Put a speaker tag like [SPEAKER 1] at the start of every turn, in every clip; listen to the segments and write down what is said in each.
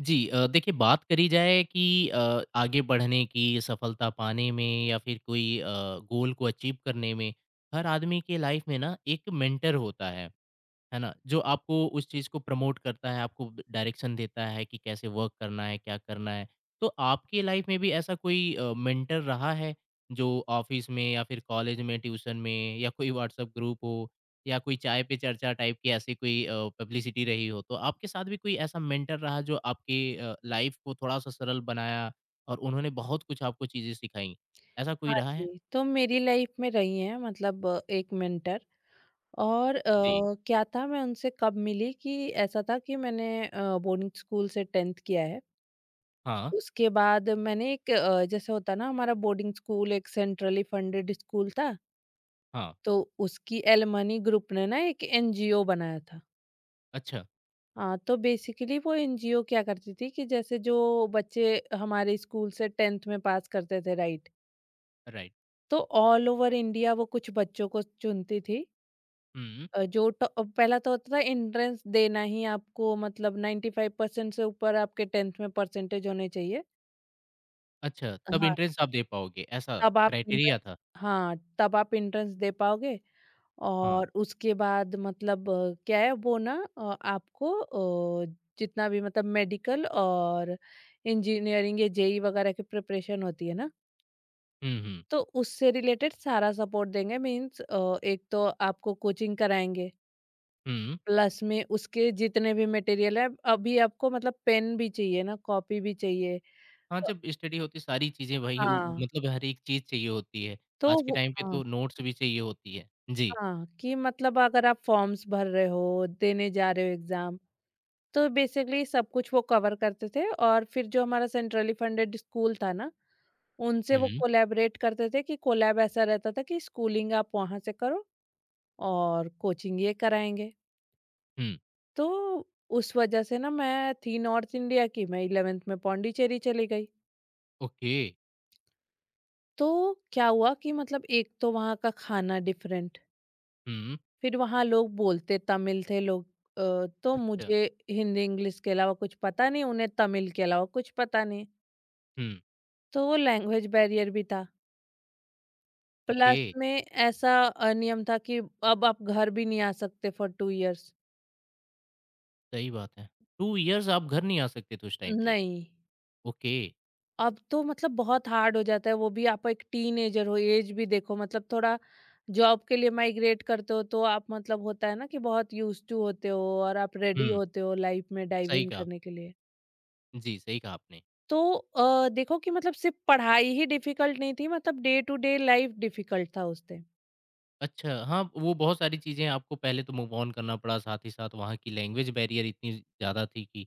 [SPEAKER 1] जी देखिए बात करी जाए कि आगे बढ़ने की, सफलता पाने में या फिर कोई गोल को अचीव करने में, हर आदमी के लाइफ में ना एक मेंटर होता है। है ना? जो आपको उस चीज़ को प्रमोट करता है, आपको ब डायरेक्शन देता है कि कैसे वर्क करना है, क्या करना है। तो आपकी लाइफ में भी ऐसा कोई मेंटर रहा है, जो ऑफ़िस में या फिर कॉलेज में, ट्यूशन में या कोई व्हाट्सएप ग्रुप हो या कोई चाय पे चर्चा टाइप की ऐसी कोई पब्लिसिटी रही हो? तो आपके साथ भी कोई ऐसा मेंटर रहा जो आपकी लाइफ को थोड़ा-सा सरल बनाया और उन्होंने बहुत कुछ आपको चीज़ें सिखाई? ऐसा कोई
[SPEAKER 2] हाँ
[SPEAKER 1] रहा है?
[SPEAKER 2] जी, तो मेरी लाइफ में रही हैं मतलब एक मेंटर और
[SPEAKER 1] जी।
[SPEAKER 2] क्या था मैं उनसे कब मिली कि ऐसा था कि मैंने बोर्डिंग स्कूल से 10th किया है।
[SPEAKER 1] हाँ,
[SPEAKER 2] उसके बाद मैंने एक जैसे होता है ना, हमारा बोर्डिंग स्कूल एक सेंट्रली फंडेड स्कूल था,
[SPEAKER 1] हाँ।
[SPEAKER 2] तो उसकी एलुमनी ग्रुप ने ना एक एनजीओ बनाया था।
[SPEAKER 1] अच्छा,
[SPEAKER 2] हाँ, तो बेसिकली वो एनजीओ क्या करती थी कि जैसे जो बच्चे हमारे स्कूल से 10th में पास करते थे, राइट,
[SPEAKER 1] राइट।
[SPEAKER 2] तो ऑल ओवर इंडिया वो कुछ बच्चों को चुनती थी।
[SPEAKER 1] हुँ।
[SPEAKER 2] जो पहला तो होता था एंट्रेंस देना ही आपको, मतलब 95% से ऊपर आपके 10th में परसेंटेज होने चाहिए।
[SPEAKER 1] अच्छा, तब
[SPEAKER 2] हाँ।
[SPEAKER 1] एंट्रेंस आप दे पाओगे, ऐसा
[SPEAKER 2] तब आप एंट्रेंस,
[SPEAKER 1] क्राइटेरिया था?
[SPEAKER 2] हाँ, तब आप एंट्रेंस दे पाओगे
[SPEAKER 1] हाँ।
[SPEAKER 2] और उसके बाद मतलब क्या है वो ना, आपको जितना भी मतलब मेडिकल और इंजीनियरिंग या जेईई वगैरह की प्रिपरेशन होती है ना,
[SPEAKER 1] हुँ, हुँ।
[SPEAKER 2] तो उससे रिलेटेड सारा सपोर्ट देंगे। मीन्स एक तो आपको कोचिंग कराएँगे।
[SPEAKER 1] हुँ।
[SPEAKER 2] प्लस में उसके जितने भी मटेरियल है, अभी आपको मतलब पेन भी चाहिए ना, कॉपी भी चाहिए।
[SPEAKER 1] हाँ,
[SPEAKER 2] अ,
[SPEAKER 1] जब स्टडी होती सारी चीज़ें वही उ उ
[SPEAKER 2] हाँ,
[SPEAKER 1] मतलब हर एक चीज़ चाहिए होती है।
[SPEAKER 2] तो
[SPEAKER 1] आज के
[SPEAKER 2] वो
[SPEAKER 1] टाइम पे
[SPEAKER 2] हाँ,
[SPEAKER 1] तो नोट्स भी चाहिए होती है। जी।
[SPEAKER 2] हाँ, कि मतलब अगर आप फॉर्म्स भर रहे हो, देने जा रहे हो एग्ज़ाम, तो बेसिकली सब कुछ वो कवर करते थे। और फिर जो हमारा सेंट्रली फंडेड स्कूल था ना, उनसे वो
[SPEAKER 1] हुँ,
[SPEAKER 2] कोलैबोरेट करते थे कि कोलैब ऐसा रहता था कि स्कूलिंग आप वहाँ से करो और कोचिंग ये कराएँगे।
[SPEAKER 1] हुँ।
[SPEAKER 2] तो उस वजह से ना, मैं थी नॉर्थ इंडिया की, मैं 11th में पौंडीचेरी चली गई।
[SPEAKER 1] ओके।
[SPEAKER 2] तो क्या हुआ कि मतलब एक तो वहाँ का खाना डिफरेंट,
[SPEAKER 1] हुँ,
[SPEAKER 2] फिर वहाँ लोग बोलते तमिल थे लोग। तो
[SPEAKER 1] अच्छा।
[SPEAKER 2] मुझे हिंदी इंग्लिश के अलावा कुछ पता नहीं, उन्हें तमिल के अलावा कुछ पता नहीं,
[SPEAKER 1] हुँ,
[SPEAKER 2] तो वो लैंग्वेज बैरियर भी था।
[SPEAKER 1] ओके,
[SPEAKER 2] प्लस में ऐसा नियम था कि अब आप घर भी नहीं आ सकते फॉर 2 इयर्स।
[SPEAKER 1] सही बात है। 2 इयर्स आप घर नहीं आ सकते थे उस टाइम पे।
[SPEAKER 2] नहीं।
[SPEAKER 1] ओके।
[SPEAKER 2] अब तो मतलब बहुत हार्ड हो जाता है वो भी, आप एक टीनेजर हो, एज भी देखो, मतलब थोड़ा जॉब के लिए माइग्रेट करते हो तो आप मतलब होता है ना कि बहुत यूज टू होते हो और आप रेडी
[SPEAKER 1] हुँ,
[SPEAKER 2] होते हो लाइफ में डाइव
[SPEAKER 1] सही
[SPEAKER 2] इन
[SPEAKER 1] कहा।
[SPEAKER 2] करने के लिए।
[SPEAKER 1] जी, सही कहा आपने।
[SPEAKER 2] तो देखो कि मतलब सिर्फ पढ़ाई ही डिफिकल्ट नहीं थी, मतलब day to day life difficult था उस टाइम।
[SPEAKER 1] अच्छा, हाँ, वो बहुत सारी चीज़ें आपको पहले तो मूव ऑन करना पड़ा, साथ ही साथ वहाँ की लैंग्वेज बैरियर इतनी ज़्यादा थी कि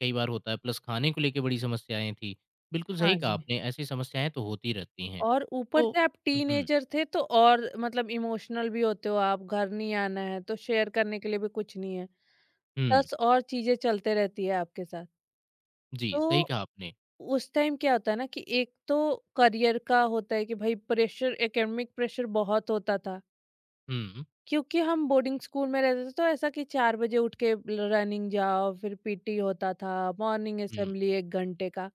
[SPEAKER 1] कई बार होता है, प्लस खाने को लेके बड़ी समस्याएँ थीं। बिल्कुल सही
[SPEAKER 2] हाँ
[SPEAKER 1] कहा
[SPEAKER 2] जी,
[SPEAKER 1] आपने, ऐसी समस्याएँ तो होती रहती हैं।
[SPEAKER 2] और ऊपर
[SPEAKER 1] तो
[SPEAKER 2] से आप
[SPEAKER 1] हुँ,
[SPEAKER 2] टीनेजर थे, तो और मतलब इमोशनल भी होते हो, आप घर नहीं आना है तो शेयर करने के लिए भी कुछ नहीं है।
[SPEAKER 1] हुँ,
[SPEAKER 2] दस और चीजें चलते रहती है आपके साथ।
[SPEAKER 1] जी, सही
[SPEAKER 2] तो
[SPEAKER 1] कहा आपने।
[SPEAKER 2] उस टाइम क्या होता है ना कि एक तो करियर का होता है कि भाई प्रेशर, एकेडमिक प्रेशर बहुत होता था,
[SPEAKER 1] हुँ,
[SPEAKER 2] क्योंकि हम बोर्डिंग स्कूल में रहते थे। तो ऐसा कि चार बजे उठ के रनिंग जाओ, फिर पीटी होता था, मॉर्निंग
[SPEAKER 1] हुँ,
[SPEAKER 2] असेंबली एक घंटे का,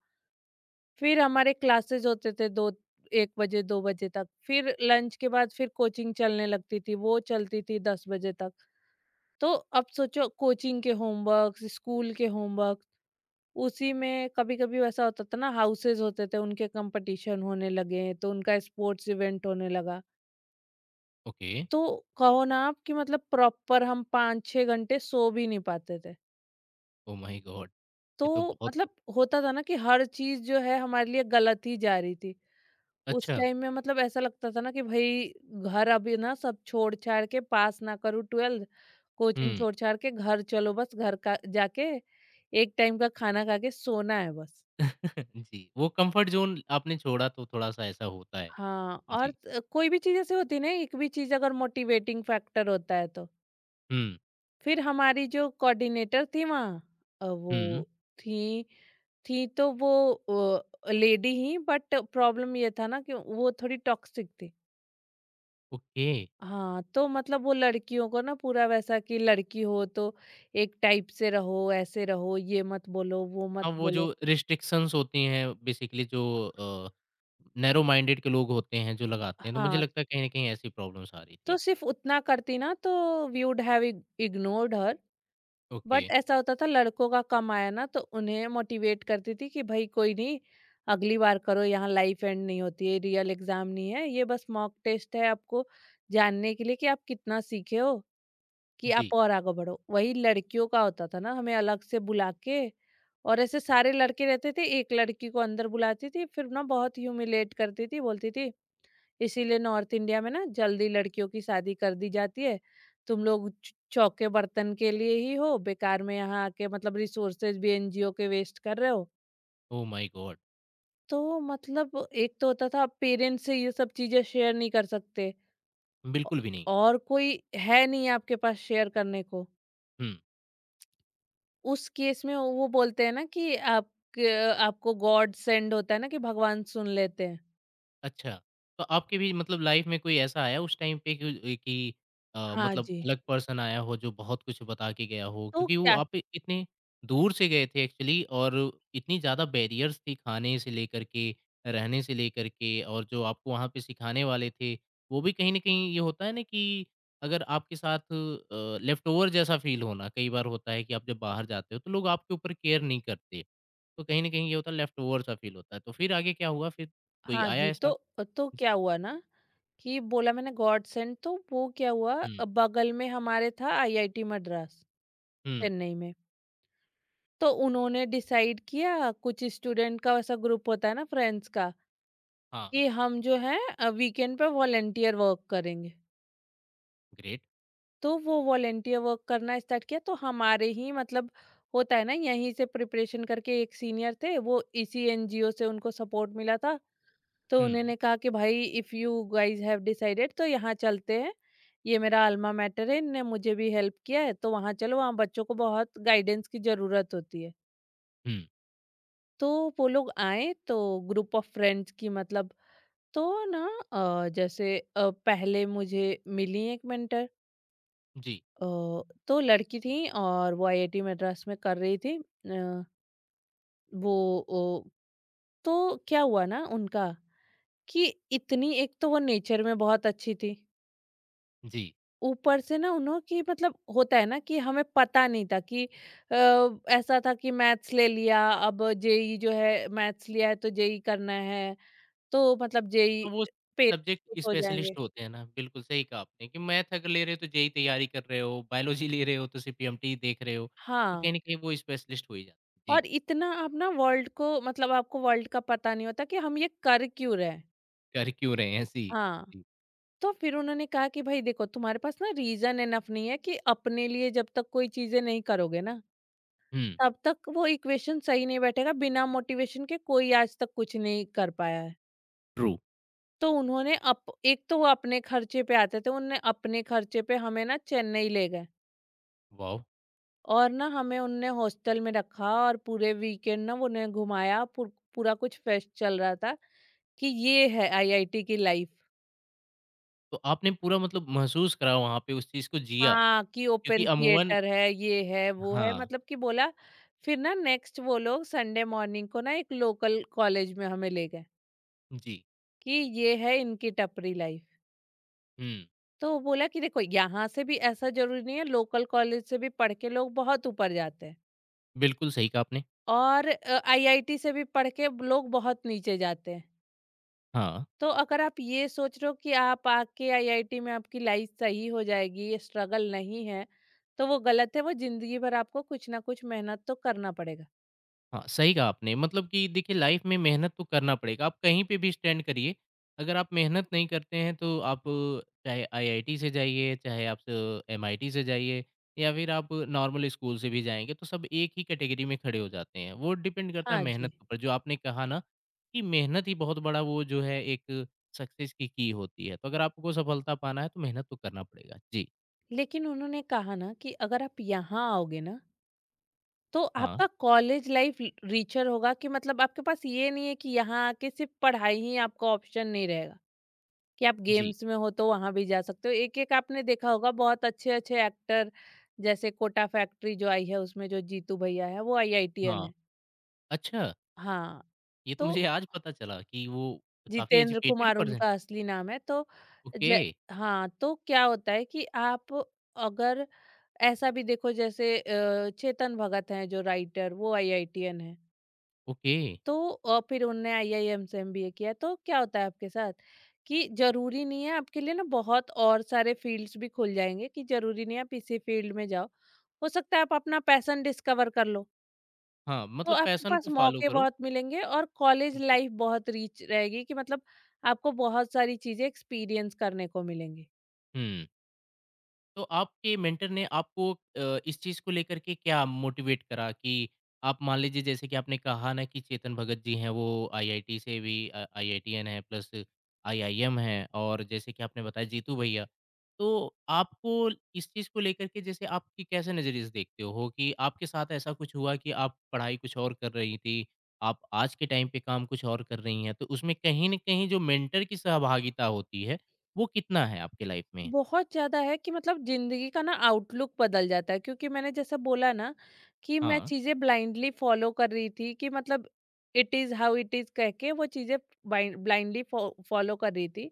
[SPEAKER 2] फिर हमारे क्लासेस होते थे दो, एक बजे दो बजे तक, फिर लंच के बाद फिर कोचिंग चलने लगती थी, वो चलती थी दस बजे तक। तो अब सोचो कोचिंग के होमवर्क, स्कूल के होमवर्क, उसी में कभी-कभी वैसा होता था ना, हाउसेस होते थे उनके कंपटीशन होने लगे, तो उनका स्पोर्ट्स इवेंट होने लगा।
[SPEAKER 1] ओके,
[SPEAKER 2] तो कहो ना आप कि मतलब प्रॉपर हम 5-6 घंटे सो भी नहीं पाते थे।
[SPEAKER 1] Oh my God!
[SPEAKER 2] तो
[SPEAKER 1] ये तो बहुत
[SPEAKER 2] मतलब होता था ना कि हर चीज़ जो है हमारे लिए गलत ही जा रही थी। उस
[SPEAKER 1] अच्छा,
[SPEAKER 2] टाइम में मतलब ऐसा लगता था ना कि भई घर अभी ना, सब छोड़-छाड़ के पास ना करूँ 12th, कोचिंग
[SPEAKER 1] हुँ,
[SPEAKER 2] छोड़-छाड़ के घर चलो, बस घर का जाके एक टाइम का खाना खा के सोना है बस।
[SPEAKER 1] जी, वो कम्फर्ट ज़ोन आपने छोड़ा तो थोड़ा-सा ऐसा होता है।
[SPEAKER 2] हाँ, और
[SPEAKER 1] जी,
[SPEAKER 2] कोई भी चीज़ ऐसे होती है ना, एक भी चीज़ अगर मोटिवेटिंग फैक्टर होता है तो।
[SPEAKER 1] हुँ,
[SPEAKER 2] फिर हमारी जो कोऑर्डिनेटर थी वहाँ,
[SPEAKER 1] हुँ,
[SPEAKER 2] वो थी थी तो वो लेडी ही, बट प्रॉब्लम ये था ना कि वो थोड़ी टॉक्सिक थी।
[SPEAKER 1] ओके।
[SPEAKER 2] हाँ, तो मतलब वो लड़कियों को ना पूरा वैसा कि लड़की हो तो एक टाइप से रहो, ऐसे रहो, ये मत बोलो, वो मत
[SPEAKER 1] हाँ, वो
[SPEAKER 2] बोलो।
[SPEAKER 1] जो रिस्ट्रिक्शंस होती हैं बेसिकली जो अ, नैरो माइंडेड के लोग होते हैं जो लगाते हैं, तो मुझे
[SPEAKER 2] हाँ,
[SPEAKER 1] लगता है कहीं न कहीं ऐसी प्रॉब्लम्स आ रही थी
[SPEAKER 2] तो
[SPEAKER 1] अब।
[SPEAKER 2] सिर्फ उतना करती ना, तो we would have ignored her,
[SPEAKER 1] okay,
[SPEAKER 2] but ऐसा होता था लड़कों का कम आया ना तो उन्हें मोटिवेट करती थी कि भाई कोई नहीं, अगली बार करो, यहाँ लाइफ एंड नहीं होती है, रियल एग्जाम नहीं है ये, बस मॉक टेस्ट है, आपको जानने के लिए कि आप कितना सीखे हो, कि
[SPEAKER 1] जी।
[SPEAKER 2] आप और आगे बढ़ो। वही लड़कियों का होता था ना, हमें अलग से बुला के और ऐसे सारे लड़के रहते थे, एक लड़की को अंदर बुलाती थी फिर ना, बहुत ह्यूमिलेट करती थी, बोलती थी इसीलिए नॉर्थ इंडिया में ना जल्दी लड़कियों की शादी कर दी जाती है। तुम लोग च चौके बर्तन के लिए ही हो, बेकार में यहाँ आके मतलब रिसोर्सेज़ भी एनजीओ के वेस्ट कर रहे हो।
[SPEAKER 1] Oh my God!
[SPEAKER 2] तो मतलब एक तो होता था पेरेंट्स से ये सब चीज़ें शेयर नहीं कर सकते, औ
[SPEAKER 1] बिल्कुल भी नहीं।
[SPEAKER 2] और कोई है नहीं आपके पास शेयर करने को।
[SPEAKER 1] हुँ।
[SPEAKER 2] उस केस में वो बोलते हैं ना कि आप, क आपको गॉड सेंड होता है ना, कि भगवान सुन लेते हैं।
[SPEAKER 1] अच्छा, तो आपकी भी मतलब लाइफ़ में कोई ऐसा आया उस टाइम पे कि ए कि
[SPEAKER 2] हाँ
[SPEAKER 1] मतलब
[SPEAKER 2] जी।
[SPEAKER 1] अलग पर्सन आया हो जो बहुत कुछ बता के गया हो?
[SPEAKER 2] तो
[SPEAKER 1] क्योंकि वो
[SPEAKER 2] क्या,
[SPEAKER 1] आप इतने दूर से गए थे एक्चुअली और इतनी ज़्यादा बैरियर्स थी खाने से लेकर के, रहने से लेकर के और जो आपको वहाँ पे सिखाने वाले थे, वो भी कहीं न कहीं ये होता है ना कि अगर आपके साथ लेफ्ट ओवर जैसा फ़ील होना, कई बार होता है कि आप जब बाहर जाते हो तो लोग आपके ऊपर केयर नहीं करते। तो कहीं न कहीं ये होता है लेफ्ट ओवर सा फ़ील होता है। तो फिर आगे क्या हुआ? फिर कोई
[SPEAKER 2] हाँ
[SPEAKER 1] आया
[SPEAKER 2] जी,
[SPEAKER 1] ऐसा?
[SPEAKER 2] तो
[SPEAKER 1] जी,
[SPEAKER 2] क्या हुआ ना कि बोला मैंने गॉड सेंड, तो वो क्या हुआ,
[SPEAKER 1] हुँ,
[SPEAKER 2] बगल में हमारे था आईआईटी मद्रास,
[SPEAKER 1] हुँ,
[SPEAKER 2] चेन्नई में। तो उन्होंने डिसाइड किया, कुछ स्टूडेंट का ऐसा ग्रुप होता है ना फ्रेंड्स का,
[SPEAKER 1] हाँ,
[SPEAKER 2] कि हम जो है वीकेंड पे वॉलेंटियर वर्क करेंगे।
[SPEAKER 1] ग्रेट।
[SPEAKER 2] तो वो वॉलेंटियर वर्क करना स्टार्ट किया, तो हमारे ही मतलब होता है ना यहीं से प्रिपरेशन करके एक सीनियर थे, वो इसी एनजीओ से उनको सपोर्ट मिला था। तो
[SPEAKER 1] हुँ,
[SPEAKER 2] उन्होंने कहा कि भाई if you guys have decided तो यहाँ चलते हैं, ये मेरा अल्मा मैटर है, इनने मुझे भी हेल्प किया है, तो वहाँ चलो, वहाँ बच्चों को बहुत गाइडेंस की ज़रूरत होती है।
[SPEAKER 1] हुँ,
[SPEAKER 2] तो वो लोग आए, तो ग्रुप ऑफ फ्रेंड्स की मतलब, तो ना जैसे पहले मुझे मिली एक मेंटर,
[SPEAKER 1] जी,
[SPEAKER 2] अ, तो लड़की थी और वो आईआईटी मद्रास में कर रही थी। वो ओ तो क्या हुआ ना उनका कि इतनी, एक तो वो नेचर में बहुत अच्छी थी।
[SPEAKER 1] जी।
[SPEAKER 2] ऊपर से ना उन्हों की मतलब होता है ना कि हमें पता नहीं था कि अ, ऐसा था कि मैथ्स ले लिया, अब जेई जो है मैथ्स लिया है तो जेई करना है, तो मतलब जेई
[SPEAKER 1] तो वो
[SPEAKER 2] पे
[SPEAKER 1] सब्जेक्ट
[SPEAKER 2] खुश हो जाएंगे।
[SPEAKER 1] स्पेशलिस्ट होते हैं ना, बिल्कुल सही कहा आपने कि मैथ अगर ले रहे हो तो जेईई तैयारी कर रहे हो, बायोलॉजी ले रहे हो तो सिर्फ पीएमटी देख रहे हो, तो
[SPEAKER 2] हाँ,
[SPEAKER 1] कहीं न कहीं वो स्पेशलिस्ट हो ही जाते हैं। जी,
[SPEAKER 2] और इतना आप ना वर्ल्ड को मतलब आपको वर्ल्ड का पता नहीं होता कि हम ये कर क्यों रहे हैं।
[SPEAKER 1] कर क्यों रहे हैं ऐसी
[SPEAKER 2] हाँ,
[SPEAKER 1] जी,
[SPEAKER 2] तो फिर उन्होंने कहा कि भाई देखो तुम्हारे पास ना रीजन एनफ नहीं है, कि अपने लिए जब तक कोई चीजें नहीं करोगे ना,
[SPEAKER 1] हुँ,
[SPEAKER 2] तब तक वो इक्वेशन सही नहीं बैठेगा, बिना मोटिवेशन के कोई आज तक कुछ नहीं कर पाया है।
[SPEAKER 1] ट्रू,
[SPEAKER 2] तो उन्होंने अप, एक तो वो अपने खर्चे पे आते थे, उनने अपने खर्चे पे हमें ना चेन्नई ले गए
[SPEAKER 1] वॉव!
[SPEAKER 2] और ना हमें उनने हॉस्टल में रखा, और पूरे वीकेंड ना वो उन्हें घुमाया, पूरा कुछ फेस्ट चल रहा था, कि ये है आईआईटी की लाइफ।
[SPEAKER 1] तो आपने पूरा मतलब महसूस करा वहाँ पे उस चीज़ को जिया
[SPEAKER 2] हाँ, कि
[SPEAKER 1] क्योंकि
[SPEAKER 2] ओपन
[SPEAKER 1] अमूमन
[SPEAKER 2] थिएटर है, ये है वो है,
[SPEAKER 1] हाँ,
[SPEAKER 2] मतलब कि बोला। फिर ना नेक्स्ट वो लोग संडे मॉर्निंग को ना एक लोकल कॉलेज में हमें ले गए,
[SPEAKER 1] जी,
[SPEAKER 2] कि ये है इनकी टपरी लाइफ।
[SPEAKER 1] हुँ,
[SPEAKER 2] तो बोला कि देखो यहाँ से भी ऐसा जरूरी नहीं है, लोकल कॉलेज से भी पढ़ के लोग बहुत ऊपर जाते हैं
[SPEAKER 1] बिल्कुल सही कहा आपने।
[SPEAKER 2] और आईआईटी से भी पढ़ के लोग बहुत नीचे जाते हैं।
[SPEAKER 1] हाँ।
[SPEAKER 2] तो अगर आप ये सोच रहे हो कि आप आके आईआईटी में आपकी लाइफ सही हो जाएगी, ये स्ट्रगल नहीं है, तो वो गलत है, वो जिंदगी भर आपको कुछ ना कुछ मेहनत तो करना पड़ेगा।
[SPEAKER 1] हाँ, सही कहा आपने मतलब कि देखिए लाइफ में मेहनत तो करना पड़ेगा। आप कहीं पे भी स्टैंड करिए, अगर आप मेहनत नहीं करते हैं तो आप चाहे आईआईटी से जाइए, चाहे आप स एमआईटी से जाइए या फिर आप नॉर्मल स्कूल से भी जाएँगे तो सब एक ही कैटेगरी में खड़े हो जाते हैं। वो डिपेंड करता है
[SPEAKER 2] हाँ
[SPEAKER 1] मेहनत
[SPEAKER 2] जी,
[SPEAKER 1] के ऊपर जो आपने कहा ना, कि मेहनत ही बहुत बड़ा वो जो है एक सक्सेस की होती है। तो अगर आपको सफलता पाना है तो मेहनत तो करना पड़ेगा। जी,
[SPEAKER 2] लेकिन उन्होंने कहा ना कि अगर आप यहाँ आओगे ना तो
[SPEAKER 1] हाँ,
[SPEAKER 2] आपका कॉलेज लाइफ रिचर होगा, कि मतलब आपके पास ये नहीं है कि यहाँ आके सिर्फ पढ़ाई ही आपका ऑप्शन नहीं रहेगा, कि आप
[SPEAKER 1] जी,
[SPEAKER 2] गेम्स में हो तो वहां भी जा सकते हो। एक एक आपने देखा होगा बहुत अच्छे अच्छे एक्टर, जैसे कोटा फैक्ट्री जो आई है उसमें जो जीतू भैया है, वो आईआईटीएन
[SPEAKER 1] हाँ।
[SPEAKER 2] है।
[SPEAKER 1] अच्छा,
[SPEAKER 2] हाँ,
[SPEAKER 1] ये तो
[SPEAKER 2] तो
[SPEAKER 1] मुझे आज पता चला कि वो काफ़ी
[SPEAKER 2] जितेंद्र
[SPEAKER 1] एजुकेटेड
[SPEAKER 2] कुमार
[SPEAKER 1] पर्सन
[SPEAKER 2] उनका असली नाम है। तो
[SPEAKER 1] ओके,
[SPEAKER 2] ज- हाँ, तो क्या होता है कि आप अगर ऐसा भी देखो, जैसे चेतन भगत हैं जो राइटर, वो आईआईटीएन है।
[SPEAKER 1] ओके।
[SPEAKER 2] तो फिर उनने आईआईएम से एमबीए किया। तो क्या होता है आपके साथ कि जरूरी नहीं है आपके लिए ना, बहुत और सारे फील्ड्स भी खुल जाएंगे, कि जरूरी नहीं है आप इसी फील्ड में जाओ, हो सकता है आप अपना पैशन डिस्कवर कर लो।
[SPEAKER 1] हाँ,
[SPEAKER 2] तो
[SPEAKER 1] मतलब
[SPEAKER 2] आपके
[SPEAKER 1] पैशन
[SPEAKER 2] पास
[SPEAKER 1] को फ़ॉलो
[SPEAKER 2] मौके
[SPEAKER 1] करो।
[SPEAKER 2] बहुत मिलेंगे और कॉलेज
[SPEAKER 1] जी,
[SPEAKER 2] लाइफ बहुत रिच रहेगी, कि मतलब आपको बहुत सारी चीजें एक्सपीरियंस करने को मिलेंगी।
[SPEAKER 1] हुँ। तो आपके मेंटर ने आपको इस चीज़ को लेकर के क्या मोटिवेट करा कि आप मान लीजिए जैसे कि आपने कहा ना कि चेतन भगत जी हैं वो आईआईटी से भी आईआईटीएन है प्लस आईआईएम है और जैसे कि आपने बताया जीतू भैया। तो आपको इस चीज़ को लेकर के जैसे आपकी कैसे नज़रिए से देखते हो कि आपके साथ ऐसा कुछ हुआ कि आप पढ़ाई कुछ और कर रही थी, आप आज के टाइम पे काम कुछ और कर रही हैं, तो उसमें कहीं न कहीं जो मेंटर की सहभागिता होती है, वो कितना है आपके लाइफ में?
[SPEAKER 2] बहुत ज़्यादा है, कि मतलब ज़िंदगी का ना आउटलुक बदल जाता है, क्योंकि मैंने जैसा बोला ना कि मैं
[SPEAKER 1] हाँ।
[SPEAKER 2] चीज़ें ब्लाइंडली फॉलो कर रही थी, कि मतलब it is how it is कह के वो चीज़ें ब्लाइंडली फॉलो कर रही थी।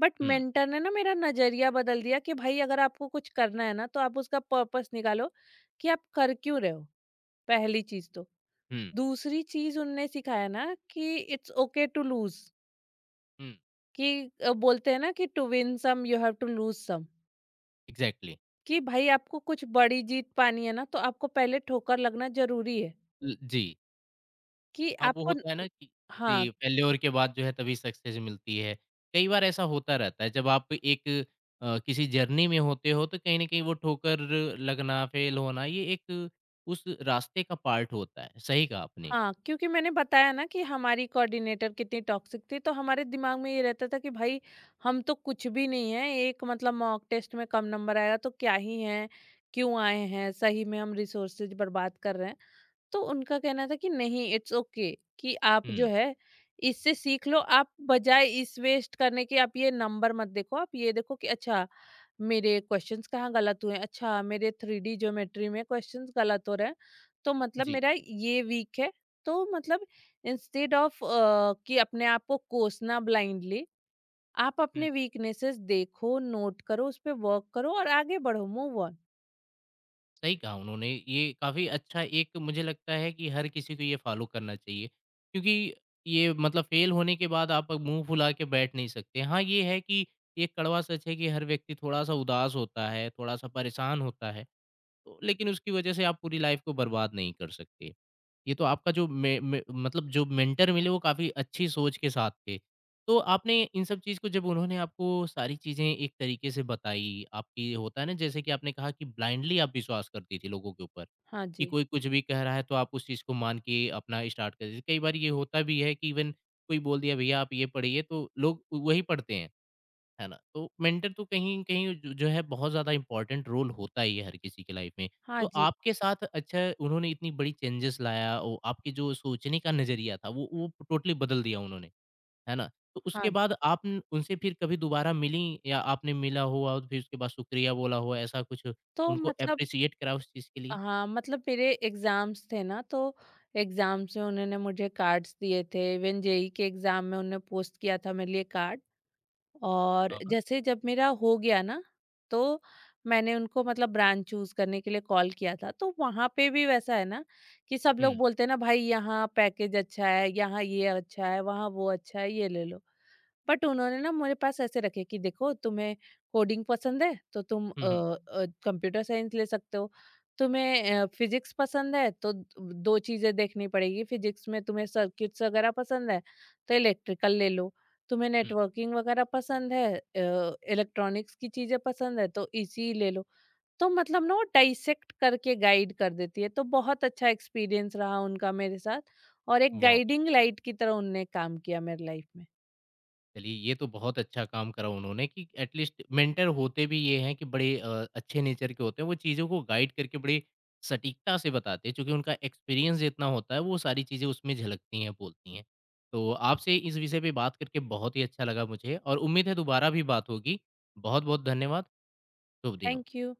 [SPEAKER 2] But
[SPEAKER 1] hmm.
[SPEAKER 2] मेंटर ने ना मेरा नज़रिया बदल दिया, कि भाई अगर आपको कुछ करना है ना तो आप उसका पर्पस निकालो, कि आप कर क्यों रहे हो, पहली चीज़ तो।
[SPEAKER 1] हुँ,
[SPEAKER 2] दूसरी चीज़ उनने सिखाया ना कि इट्स ओके टू लूज,
[SPEAKER 1] हुँ,
[SPEAKER 2] कि बोलते हैं ना कि to win some you have to lose some,
[SPEAKER 1] exactly
[SPEAKER 2] कि भाई आपको कुछ बड़ी जीत पानी है ना तो आपको पहले ठोकर लगना जरूरी है,
[SPEAKER 1] ल जी।
[SPEAKER 2] कि
[SPEAKER 1] हाँ, वो
[SPEAKER 2] आपको
[SPEAKER 1] होता है ना कि
[SPEAKER 2] हाँ।
[SPEAKER 1] जी, फेल्योर के बाद जो है तभी सक्सेस मिलती है। कई बार ऐसा होता रहता है जब आप एक किसी जर्नी में होते हो तो कहीं न कहीं वो ठोकर लगना, फेल होना ये एक उस रास्ते का पार्ट होता है। सही कहा आपने।
[SPEAKER 2] हाँ, क्योंकि मैंने बताया ना कि हमारी कोऑर्डिनेटर कितनी टॉक्सिक थी, तो हमारे दिमाग में ये रहता था कि भाई हम तो कुछ भी नहीं है, एक मतलब मॉक टेस्ट में कम नंबर आएगा तो क्या ही है, क्यों आए हैं, सही में हम रिसोर्सेज बर्बाद कर रहे हैं। तो उनका कहना था कि नहीं, इट्स ओके okay, कि आप जो
[SPEAKER 1] हुँ,
[SPEAKER 2] है इससे सीख लो, आप बजाय इस वेस्ट करने के आप ये नंबर मत देखो, आप ये देखो कि अच्छा मेरे क्वेश्चंस कहाँ गलत हुए हैं, अच्छा मेरे थ्री डी ज्योमेट्री में क्वेश्चंस गलत हो रहे हैं, तो मतलब
[SPEAKER 1] जी।
[SPEAKER 2] मेरा ये वीक है। तो मतलब इंस्टेड ऑफ कि अपने आप को कोसना ब्लाइंडली, आप
[SPEAKER 1] हुँ।
[SPEAKER 2] अपने वीकनेसेस देखो, नोट करो, उस पर वर्क करो और आगे बढ़ो, मूव ऑन।
[SPEAKER 1] सही कहा उन्होंने ये काफ़ी अच्छा एक मुझे लगता है कि हर किसी को ये फॉलो करना चाहिए क्योंकि ये मतलब फेल होने के बाद आप मुंह फुला के बैठ नहीं सकते हाँ ये है कि ये कड़वा सच है कि हर व्यक्ति थोड़ा सा उदास होता है थोड़ा सा परेशान होता है तो लेकिन उसकी वजह से आप पूरी लाइफ को बर्बाद नहीं कर सकते। ये तो आपका जो मे मे मतलब जो मेंटर मिले वो काफ़ी अच्छी सोच के साथ थे। तो आपने इन सब चीज़ को जब उन्होंने आपको सारी चीज़ें एक तरीके से बताई, आपकी होता है ना जैसे कि आपने कहा कि ब्लाइंडली आप विश्वास करती थी लोगों के ऊपर,
[SPEAKER 2] हाँ
[SPEAKER 1] कि
[SPEAKER 2] जी।
[SPEAKER 1] कोई कुछ भी कह रहा है तो आप उस चीज़ को मान के अपना स्टार्ट कर देते। कई बार ये होता भी है कि इवन कोई बोल दिया भैया आप ये पढ़िए तो लोग वही पढ़ते हैं। है ना? तो मेंटर तो कहीं न कहीं ज जो है बहुत ज़्यादा इम्पोर्टेंट रोल होता ही है हर किसी की लाइफ़ में।
[SPEAKER 2] हाँ
[SPEAKER 1] तो
[SPEAKER 2] जी।
[SPEAKER 1] आपके साथ अच्छा उन्होंने इतनी बड़ी चेंजेज़ लाया ओ आपके जो सोचने का नज़रिया था वो टोटली बदल दिया उन्होंने, है ना? तो
[SPEAKER 2] हाँ
[SPEAKER 1] उसके
[SPEAKER 2] जी,
[SPEAKER 1] बाद आप उन उनसे फिर कभी दोबारा मिलीं या आपने मिला हुआ और फिर उसके बाद शुक्रिया बोला हो ऐसा कुछ
[SPEAKER 2] तो
[SPEAKER 1] उनको
[SPEAKER 2] मतलब,
[SPEAKER 1] एप्रिशिएट करा उस चीज़ के लिए?
[SPEAKER 2] हाँ, मतलब मेरे एग्जाम्स थे ना, तो एग्जाम्स में उन्होंने मुझे कार्ड्स दिए थे, इवन जेई के एग्जाम में उन्होंने पोस्ट किया था मेरे लिए कार्ड। और
[SPEAKER 1] हाँ, हाँ।
[SPEAKER 2] जैसे जब मेरा हो गया ना, तो मैंने उनको मतलब ब्रांच चूज करने के लिए कॉल किया था, तो वहां पे भी वैसा है ना कि सब
[SPEAKER 1] हुँ।
[SPEAKER 2] लोग बोलते हैं ना, भाई यहाँ पैकेज अच्छा है, यहाँ ये अच्छा है, वहाँ वो अच्छा है, ये ले लो। बट उन्होंने ना मेरे पास ऐसे रखे कि देखो तुम्हें कोडिंग पसंद है तो तुम
[SPEAKER 1] हुँ, हुँ,
[SPEAKER 2] कंप्यूटर साइंस ले सकते हो, तुम्हें फिजिक्स पसंद है तो दो चीजें देखनी पड़ेगी, फिजिक्स में तुम्हें सर्किट्स वगैरह पसंद है तो इलेक्ट्रिकल ले लो, तुम्हें
[SPEAKER 1] हुँ।
[SPEAKER 2] नेटवर्किंग वगैरह पसंद है, इलेक्ट्रॉनिक्स की चीजें पसंद है तो इसी ले लो। तो मतलब ना वो डाइसेक्ट करके गाइड कर देती है, तो बहुत अच्छा एक्सपीरियंस रहा उनका मेरे साथ, और एक
[SPEAKER 1] वाव!
[SPEAKER 2] गाइडिंग लाइट की तरह उनने काम किया मेरे लाइफ में।
[SPEAKER 1] चलिए ये तो बहुत अच्छा काम करा उन्होंने कि एटलीस्ट मेंटर होते भी ये हैं कि बड़े अच्छे नेचर के होते हैं। वो चीज़ों को गाइड करके बड़े सटीकता से बताते हैं क्योंकि उनका एक्सपीरियंस जितना होता है वो सारी चीज़ें उसमें झलकती हैं, बोलती हैं। तो आपसे इस विषय पे बात करके बहुत ही अच्छा लगा मुझे और उम्मीद है दोबारा भी बात होगी। बहुत-बहुत धन्यवाद। शुभ दिनों।
[SPEAKER 2] Thank you.